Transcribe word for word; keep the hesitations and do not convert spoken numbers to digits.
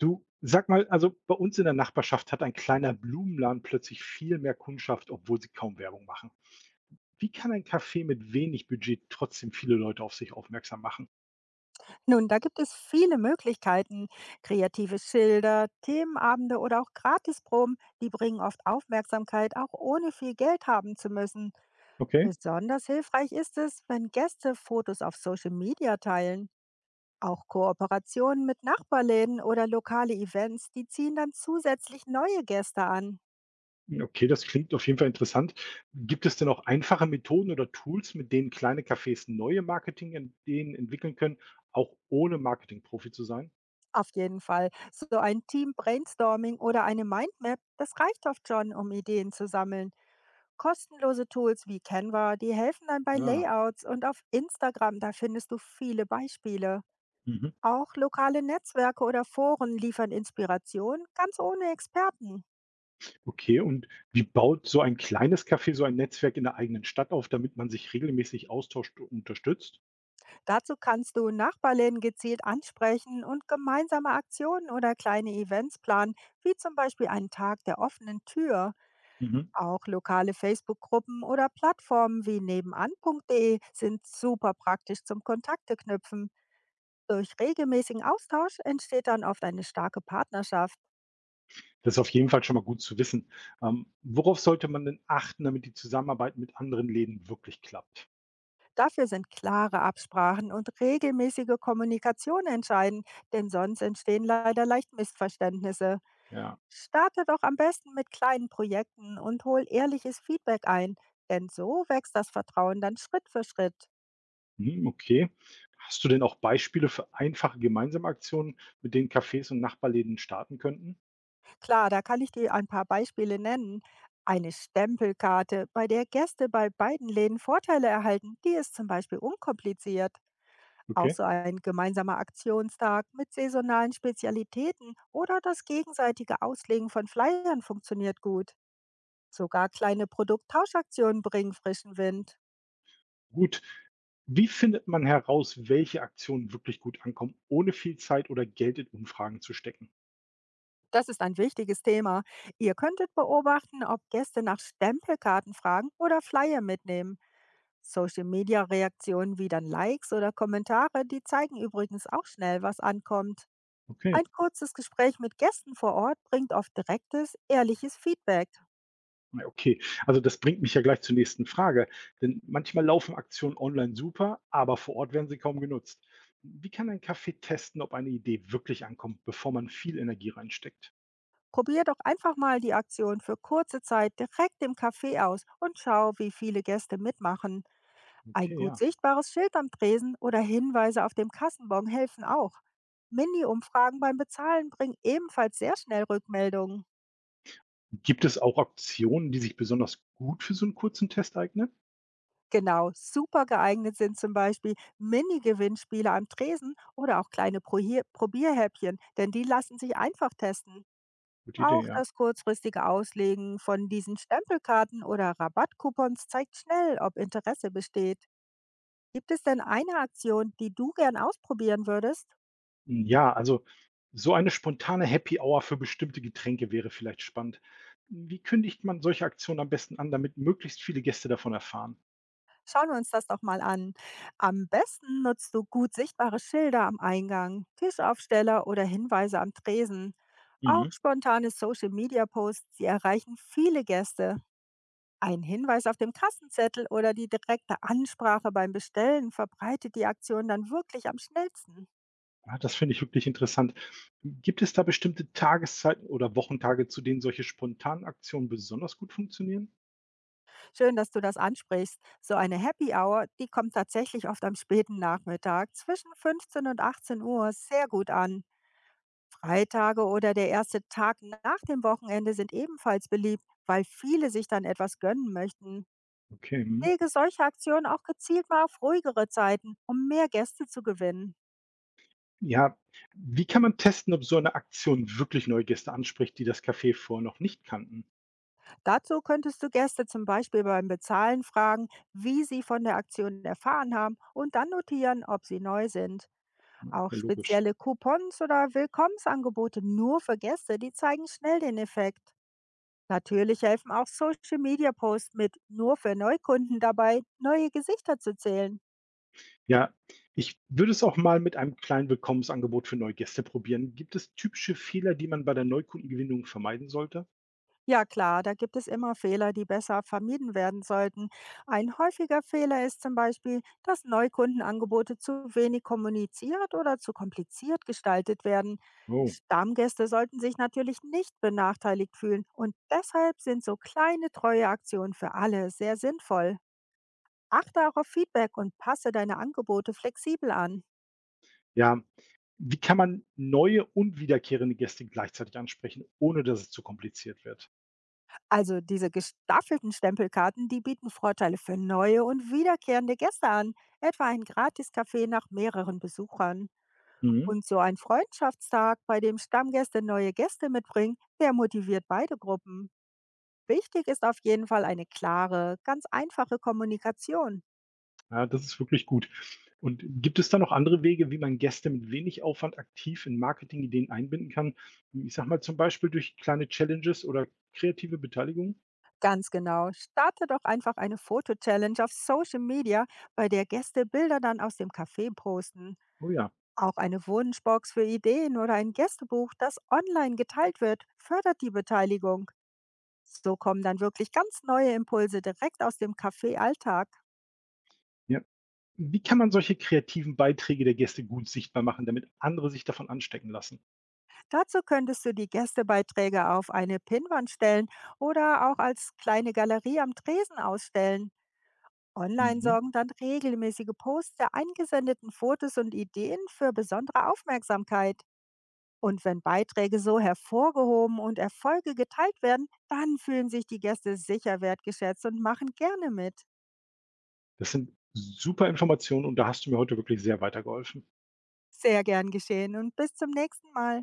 Du, sag mal, also bei uns in der Nachbarschaft hat ein kleiner Blumenladen plötzlich viel mehr Kundschaft, obwohl sie kaum Werbung machen. Wie kann ein Café mit wenig Budget trotzdem viele Leute auf sich aufmerksam machen? Nun, da gibt es viele Möglichkeiten. Kreative Schilder, Themenabende oder auch Gratisproben, die bringen oft Aufmerksamkeit, auch ohne viel Geld haben zu müssen. Okay. Besonders hilfreich ist es, wenn Gäste Fotos auf Social Media teilen. Auch Kooperationen mit Nachbarläden oder lokale Events, die ziehen dann zusätzlich neue Gäste an. Hm, okay, das klingt auf jeden Fall interessant. Gibt es denn auch einfache Methoden oder Tools, mit denen kleine Cafés neue Marketing-Ideen entwickeln können, auch ohne Marketing-Profi zu sein? Auf jeden Fall. So ein Team-Brainstorming oder eine Mindmap, das reicht oft schon, um Ideen zu sammeln. Kostenlose Tools wie Canva, die helfen dann bei Ja. Layouts und auf Instagram, da findest du viele Beispiele. Mhm. Auch lokale Netzwerke oder Foren liefern Inspiration, ganz ohne Experten. Okay, und wie baut so ein kleines Café so ein Netzwerk in der eigenen Stadt auf, damit man sich regelmäßig austauscht und unterstützt? Dazu kannst du Nachbarläden gezielt ansprechen und gemeinsame Aktionen oder kleine Events planen, wie zum Beispiel einen Tag der offenen Tür. Mhm. Auch lokale Facebook-Gruppen oder Plattformen wie nebenan.de sind super praktisch zum Kontakte knüpfen. Durch regelmäßigen Austausch entsteht dann oft eine starke Partnerschaft. Das ist auf jeden Fall schon mal gut zu wissen. Ähm, worauf sollte man denn achten, damit die Zusammenarbeit mit anderen Läden wirklich klappt? Dafür sind klare Absprachen und regelmäßige Kommunikation entscheidend, denn sonst entstehen leider leicht Missverständnisse. Ja, Starte doch am besten mit kleinen Projekten und hol ehrliches Feedback ein, denn so wächst das Vertrauen dann Schritt für Schritt. hm, okay. Hast du denn auch Beispiele für einfache gemeinsame Aktionen, mit denen Cafés und Nachbarläden starten könnten? Klar, da kann ich dir ein paar Beispiele nennen. Eine Stempelkarte, bei der Gäste bei beiden Läden Vorteile erhalten, die ist zum Beispiel unkompliziert. Auch Okay, so ein gemeinsamer Aktionstag mit saisonalen Spezialitäten oder das gegenseitige Auslegen von Flyern funktioniert gut. Sogar kleine Produkttauschaktionen bringen frischen Wind. gut. Wie findet man heraus, welche Aktionen wirklich gut ankommen, ohne viel Zeit oder Geld in Umfragen zu stecken? Das ist ein wichtiges Thema. Ihr könntet beobachten, ob Gäste nach Stempelkarten fragen oder Flyer mitnehmen. Social-Media-Reaktionen wie dann Likes oder Kommentare, die zeigen übrigens auch schnell, was ankommt. Okay. Ein kurzes Gespräch mit Gästen vor Ort bringt oft direktes, ehrliches Feedback. Ja, okay, also das bringt mich ja gleich zur nächsten Frage. Denn manchmal laufen Aktionen online super, aber vor Ort werden sie kaum genutzt. Wie kann ein Café testen, ob eine Idee wirklich ankommt, bevor man viel Energie reinsteckt? Probier doch einfach mal die Aktion für kurze Zeit direkt im Café aus und schau, wie viele Gäste mitmachen. Ein Okay, gut ja. sichtbares Schild am Tresen oder Hinweise auf dem Kassenbon helfen auch. Mini-Umfragen beim Bezahlen bringen ebenfalls sehr schnell Rückmeldungen. Gibt es auch Aktionen, die sich besonders gut für so einen kurzen Test eignen? Genau, super geeignet sind zum Beispiel Mini-Gewinnspiele am Tresen oder auch kleine Prohier- Probierhäppchen, denn die lassen sich einfach testen. Gute Idee, Auch ja. das kurzfristige Auslegen von diesen Stempelkarten oder Rabattcoupons zeigt schnell, ob Interesse besteht. Gibt es denn eine Aktion, die du gern ausprobieren würdest? Hm, ja, also so eine spontane Happy Hour für bestimmte Getränke wäre vielleicht spannend. Wie kündigt man solche Aktionen am besten an, damit möglichst viele Gäste davon erfahren? Schauen wir uns das doch mal an. Am besten nutzt du gut sichtbare Schilder am Eingang, Tischaufsteller oder Hinweise am Tresen. Auch Mhm. spontane Social-Media-Posts, sie erreichen viele Gäste. Ein Hinweis auf dem Kassenzettel oder die direkte Ansprache beim Bestellen verbreitet die Aktion dann wirklich am schnellsten. Ja, das finde ich wirklich interessant. Gibt es da bestimmte Tageszeiten oder Wochentage, zu denen solche spontanen Aktionen besonders gut funktionieren? Schön, dass du das ansprichst. So eine Happy Hour, die kommt tatsächlich oft am späten Nachmittag zwischen fünfzehn und achtzehn Uhr sehr gut an. Freitage oder der erste Tag nach dem Wochenende sind ebenfalls beliebt, weil viele sich dann etwas gönnen möchten. Okay. Mhm. Lege solche Aktionen auch gezielt mal auf ruhigere Zeiten, um mehr Gäste zu gewinnen. Ja, wie kann man testen, ob so eine Aktion wirklich neue Gäste anspricht, die das Café vorher noch nicht kannten? Dazu könntest du Gäste zum Beispiel beim Bezahlen fragen, wie sie von der Aktion erfahren haben und dann notieren, ob sie neu sind. Auch Ja, logisch. spezielle Coupons oder Willkommensangebote nur für Gäste, die zeigen schnell den Effekt. Natürlich helfen auch Social Media Posts mit nur für Neukunden dabei, neue Gesichter zu zählen. Ja, ich würde es auch mal mit einem kleinen Willkommensangebot für neue Gäste probieren. Gibt es typische Fehler, die man bei der Neukundengewinnung vermeiden sollte? Ja klar, da gibt es immer Fehler, die besser vermieden werden sollten. Ein häufiger Fehler ist zum Beispiel, dass Neukundenangebote zu wenig kommuniziert oder zu kompliziert gestaltet werden. Oh. Stammgäste sollten sich natürlich nicht benachteiligt fühlen und deshalb sind so kleine treue Aktionen für alle sehr sinnvoll. Achte auch auf Feedback und passe deine Angebote flexibel an. Ja, wie kann man neue und wiederkehrende Gäste gleichzeitig ansprechen, ohne dass es zu kompliziert wird? Also diese gestaffelten Stempelkarten, die bieten Vorteile für neue und wiederkehrende Gäste an, etwa ein Gratiscafé nach mehreren Besuchern. Mhm. Und so ein Freundschaftstag, bei dem Stammgäste neue Gäste mitbringen, der motiviert beide Gruppen. Wichtig ist auf jeden Fall eine klare, ganz einfache Kommunikation. Ja, das ist wirklich gut. Und gibt es da noch andere Wege, wie man Gäste mit wenig Aufwand aktiv in Marketingideen einbinden kann? Ich sag mal zum Beispiel durch kleine Challenges oder kreative Beteiligung? Ganz genau. Starte doch einfach eine Foto-Challenge auf Social Media, bei der Gäste Bilder dann aus dem Café posten. Oh ja. Auch eine Wunschbox für Ideen oder ein Gästebuch, das online geteilt wird, fördert die Beteiligung. So kommen dann wirklich ganz neue Impulse direkt aus dem Café-Alltag. Ja. Wie kann man solche kreativen Beiträge der Gäste gut sichtbar machen, damit andere sich davon anstecken lassen? Dazu könntest du die Gästebeiträge auf eine Pinnwand stellen oder auch als kleine Galerie am Tresen ausstellen. Online Mhm. sorgen dann regelmäßige Posts der eingesendeten Fotos und Ideen für besondere Aufmerksamkeit. Und wenn Beiträge so hervorgehoben und Erfolge geteilt werden, dann fühlen sich die Gäste sicher wertgeschätzt und machen gerne mit. Das sind super Informationen und da hast du mir heute wirklich sehr weitergeholfen. Sehr gern geschehen und bis zum nächsten Mal.